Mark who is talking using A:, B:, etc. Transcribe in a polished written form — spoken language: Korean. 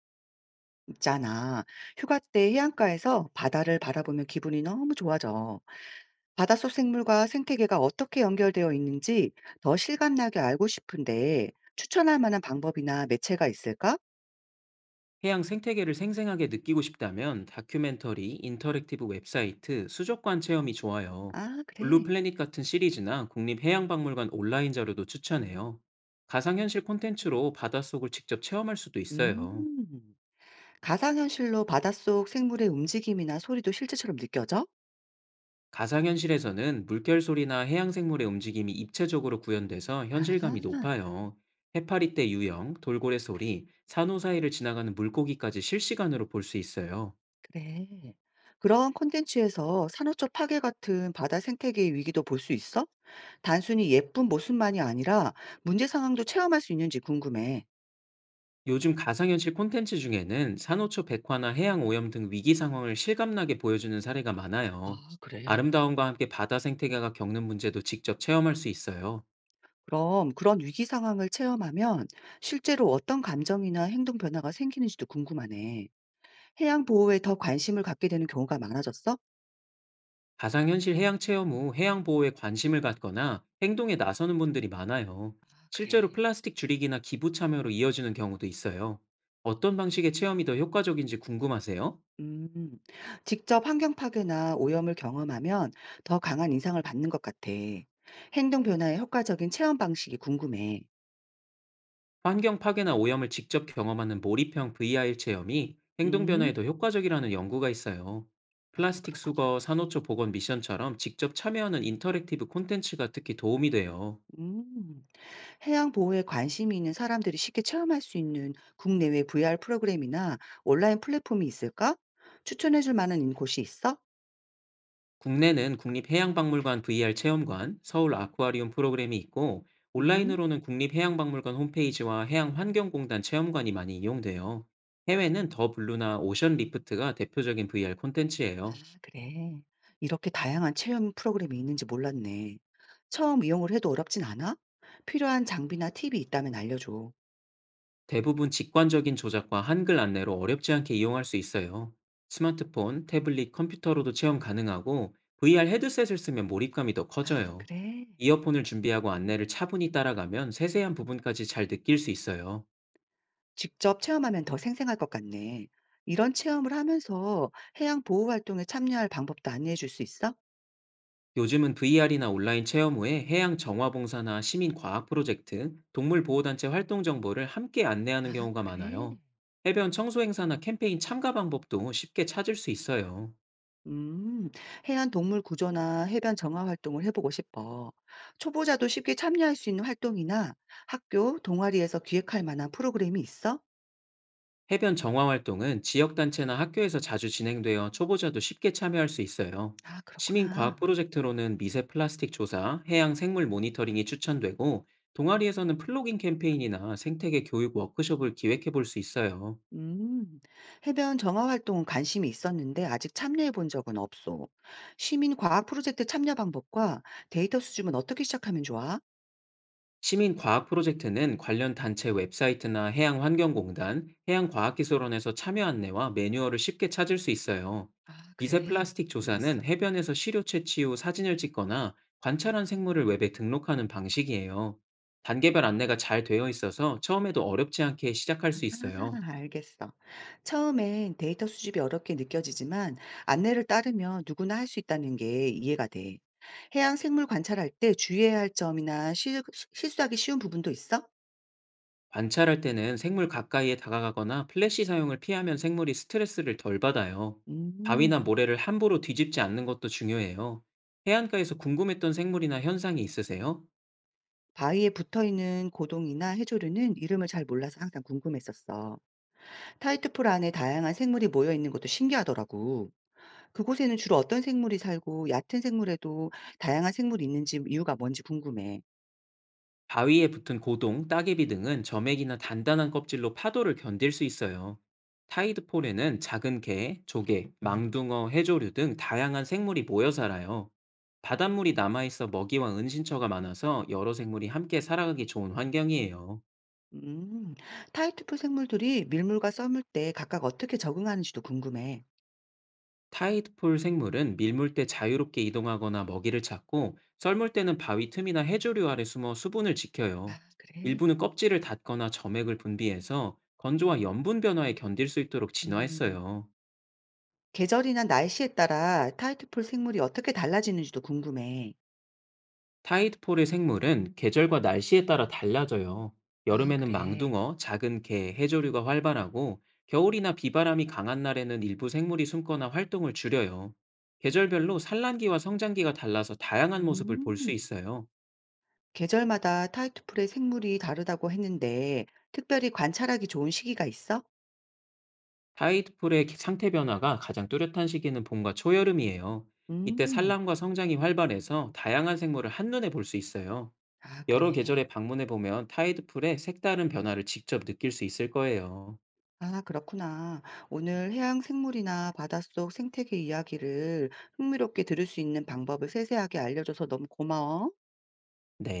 A: 있잖아. 휴가 때 해안가에서 바다를 바라보면 기분이 너무 좋아져. 바닷속 생물과 생태계가 어떻게 연결되어 있는지 더 실감나게 알고 싶은데 추천할 만한 방법이나 매체가 있을까?
B: 해양 생태계를 생생하게 느끼고 싶다면 다큐멘터리, 인터랙티브 웹사이트, 수족관 체험이 좋아요.
A: 아,
B: 블루
A: 그래.
B: 플래닛 같은 시리즈나 국립해양박물관 온라인 자료도 추천해요. 가상현실 콘텐츠로 바닷속을 직접 체험할 수도 있어요.
A: 음. 가상현실로 바닷속 생물의 움직임이나 소리도 실제처럼 느껴져?
B: 가상현실에서는 물결 소리나 해양 생물의 움직임이 입체적으로 구현돼서
A: 아.
B: 현실감이 높아요. 해파리 때 유형, 돌고래 소리, 산호 사이를 지나가는 물고기까지 실시간으로 볼 수 있어요.
A: 그래. 그런 콘텐츠에서 산호초 파괴 같은 바다 생태계의 위기도 볼 수 있어? 단순히 예쁜 모습만이 아니라 문제 상황도 체험할 수 있는지 궁금해.
B: 요즘 가상현실 콘텐츠 중에는 산호초 백화나 해양 오염 등 위기 상황을 실감나게 보여주는 사례가 많아요.
A: 아, 그래.
B: 아름다움과 함께 바다 생태계가 겪는 문제도 직접 체험할 수 있어요.
A: 그럼 그런 위기 상황을 체험하면 실제로 어떤 감정이나 행동 변화가 생기는지도 궁금하네. 해양 보호에 더 관심을 갖게 되는 경우가 많아졌어? 아,
B: 가상현실 해양 체험 후 해양 보호에 관심을 갖거나 행동에 나서는 분들이 많아요. 실제로
A: 그래.
B: 플라스틱 줄이기나 기부 참여로 이어지는 경우도 있어요. 어떤 방식의 체험이 더 효과적인지 궁금하세요?
A: 음, 직접 환경 파괴나 오염을 경험하면 더 강한 인상을 받는 것 같아. 행동 변화의 효과적인 체험 방식이 궁금해.
B: 환경 파괴나 오염을 직접 경험하는 몰입형 VR 체험이 행동
A: 음,
B: 변화에도 효과적이라는 연구가 있어요.
A: 아,
B: 플라스틱
A: 그렇구나.
B: 수거, 산호초 복원 미션처럼 직접 참여하는 인터랙티브 콘텐츠가 특히 도움이 돼요.
A: 음. 해양 보호에 관심이 있는 사람들이 쉽게 체험할 수 있는 국내외 VR 프로그램이나 온라인 플랫폼이 있을까? 추천해 줄 만한 곳이 있어?
B: 국내는 국립해양박물관 VR 체험관, 서울 아쿠아리움 프로그램이 있고,
A: 음,
B: 온라인으로는 국립해양박물관 홈페이지와 해양환경공단 체험관이 많이 이용돼요. 해외는 더 블루나 오션 리프트가 대표적인 VR
A: 아,
B: 콘텐츠예요.
A: 그래. 이렇게 다양한 체험 프로그램이 있는지 몰랐네. 처음 이용을 해도 어렵진 않아? 필요한 장비나 팁이 있다면 알려줘.
B: 대부분 직관적인 조작과 한글 안내로 어렵지 않게 이용할 수 있어요. 스마트폰, 태블릿, 컴퓨터로도 체험 가능하고 VR 헤드셋을 쓰면 몰입감이 더
A: 아
B: 커져요.
A: 그래.
B: 이어폰을 준비하고 안내를 차분히 따라가면 세세한 부분까지 잘 느낄 수 있어요.
A: 직접 체험하면 더 생생할 것 같네. 이런 체험을 하면서 해양 보호 활동에 참여할 방법도 안내해 줄 수 있어?
B: 요즘은 VR이나 온라인 체험 후에 해양 정화봉사나 시민 과학 프로젝트, 동물 보호단체 활동 정보를 함께 안내하는
A: 아
B: 경우가
A: 그래.
B: 많아요. 해변 청소 행사나 캠페인 참가 방법도 쉽게 찾을 수 있어요.
A: 음, 해안 동물 구조나 해변 정화 활동을 해보고 싶어. 초보자도 쉽게 참여할 수 있는 활동이나 학교 동아리에서 기획할 만한 프로그램이 있어?
B: 해변 정화 활동은 지역단체나 학교에서 자주 진행되어 초보자도 쉽게 참여할 수 있어요.
A: 아, 그렇구나.
B: 시민과학 프로젝트로는 미세 플라스틱 조사, 해양 생물 모니터링이 추천되고, 동아리에서는 플로깅 캠페인이나 생태계 교육 워크숍을 기획해 볼 수 있어요.
A: 음, 해변 정화 활동은 관심이 있었는데 아직 참여해 본 적은 없어. 시민 과학 프로젝트 참여 방법과 데이터 수집은 어떻게 시작하면 좋아?
B: 시민 과학 프로젝트는 관련 단체 웹사이트나 해양환경공단, 해양과학기술원에서 참여 안내와 매뉴얼을 쉽게 찾을 수 있어요.
A: 아,
B: 미세
A: 그래.
B: 플라스틱 조사는
A: 몰랐어.
B: 해변에서 시료 채취 후 사진을 찍거나 관찰한 생물을 웹에 등록하는 방식이에요. 단계별 안내가 잘 되어 있어서 처음에도 어렵지 않게 시작할 수
A: 아,
B: 있어요.
A: 알겠어. 처음엔 데이터 수집이 어렵게 느껴지지만 안내를 따르면 누구나 할 수 있다는 게 이해가 돼. 해양 생물 관찰할 때 주의해야 할 점이나 실수하기 쉬운 부분도 있어?
B: 관찰할 때는 생물 가까이에 다가가거나 플래시 사용을 피하면 생물이 스트레스를 덜 받아요. 바위나
A: 음,
B: 모래를 함부로 뒤집지 않는 것도 중요해요. 해안가에서 궁금했던 생물이나 현상이 있으세요?
A: 바위에 붙어 있는 고동이나 해조류는 이름을 잘 몰라서 항상 궁금했었어. 타이트풀 안에 다양한 생물이 모여 있는 것도 신기하더라고. 그곳에는 주로 어떤 생물이 살고 얕은 생물에도 다양한 생물이 있는지 이유가 뭔지 궁금해.
B: 바위에 붙은 고동, 따개비 등은 점액이나 단단한 껍질로 파도를 견딜 수 있어요. 타이드폴에는 작은 개, 조개, 망둥어, 해조류 등 다양한 생물이 모여 살아요. 바닷물이 남아있어 먹이와 은신처가 많아서 여러 생물이 함께 살아가기 좋은 환경이에요.
A: 음, 타이트풀 생물들이 밀물과 썰물 때 각각 어떻게 적응하는지도 궁금해.
B: 타이드폴 생물은 밀물 때 자유롭게 이동하거나 먹이를 찾고 썰물 때는 바위 틈이나 해조류 아래 숨어 수분을
A: 아,
B: 지켜요.
A: 그래.
B: 일부는 껍질을 닫거나 점액을 분비해서 건조와 염분 변화에 견딜 수 있도록
A: 음,
B: 진화했어요.
A: 계절이나 날씨에 따라 타이트풀 생물이 어떻게 달라지는지도 궁금해.
B: 타이드폴의 생물은 계절과 날씨에 따라 달라져요.
A: 아,
B: 여름에는
A: 그래.
B: 망둥어, 작은 개, 해조류가 활발하고 겨울이나 비바람이 강한 날에는 일부 생물이 숨거나 활동을 줄여요. 계절별로 산란기와 성장기가 달라서 다양한 모습을 볼 수
A: 음,
B: 있어요.
A: 계절마다 타이트풀의 생물이 다르다고 했는데 특별히 관찰하기 좋은 시기가 있어?
B: 타이드풀의 상태 변화가 가장 뚜렷한 시기는 봄과 초여름이에요. 이때
A: 음.
B: 산란과 성장이 활발해서 다양한 생물을 한눈에 볼 수 있어요.
A: 아,
B: 여러
A: 그래.
B: 계절에 방문해 보면 타이드풀의 색다른 변화를 직접 느낄 수 있을 거예요.
A: 아, 그렇구나. 오늘 해양 생물이나 바닷속 생태계 이야기를 흥미롭게 들을 수 있는 방법을 세세하게 알려줘서 너무 고마워.
B: 네.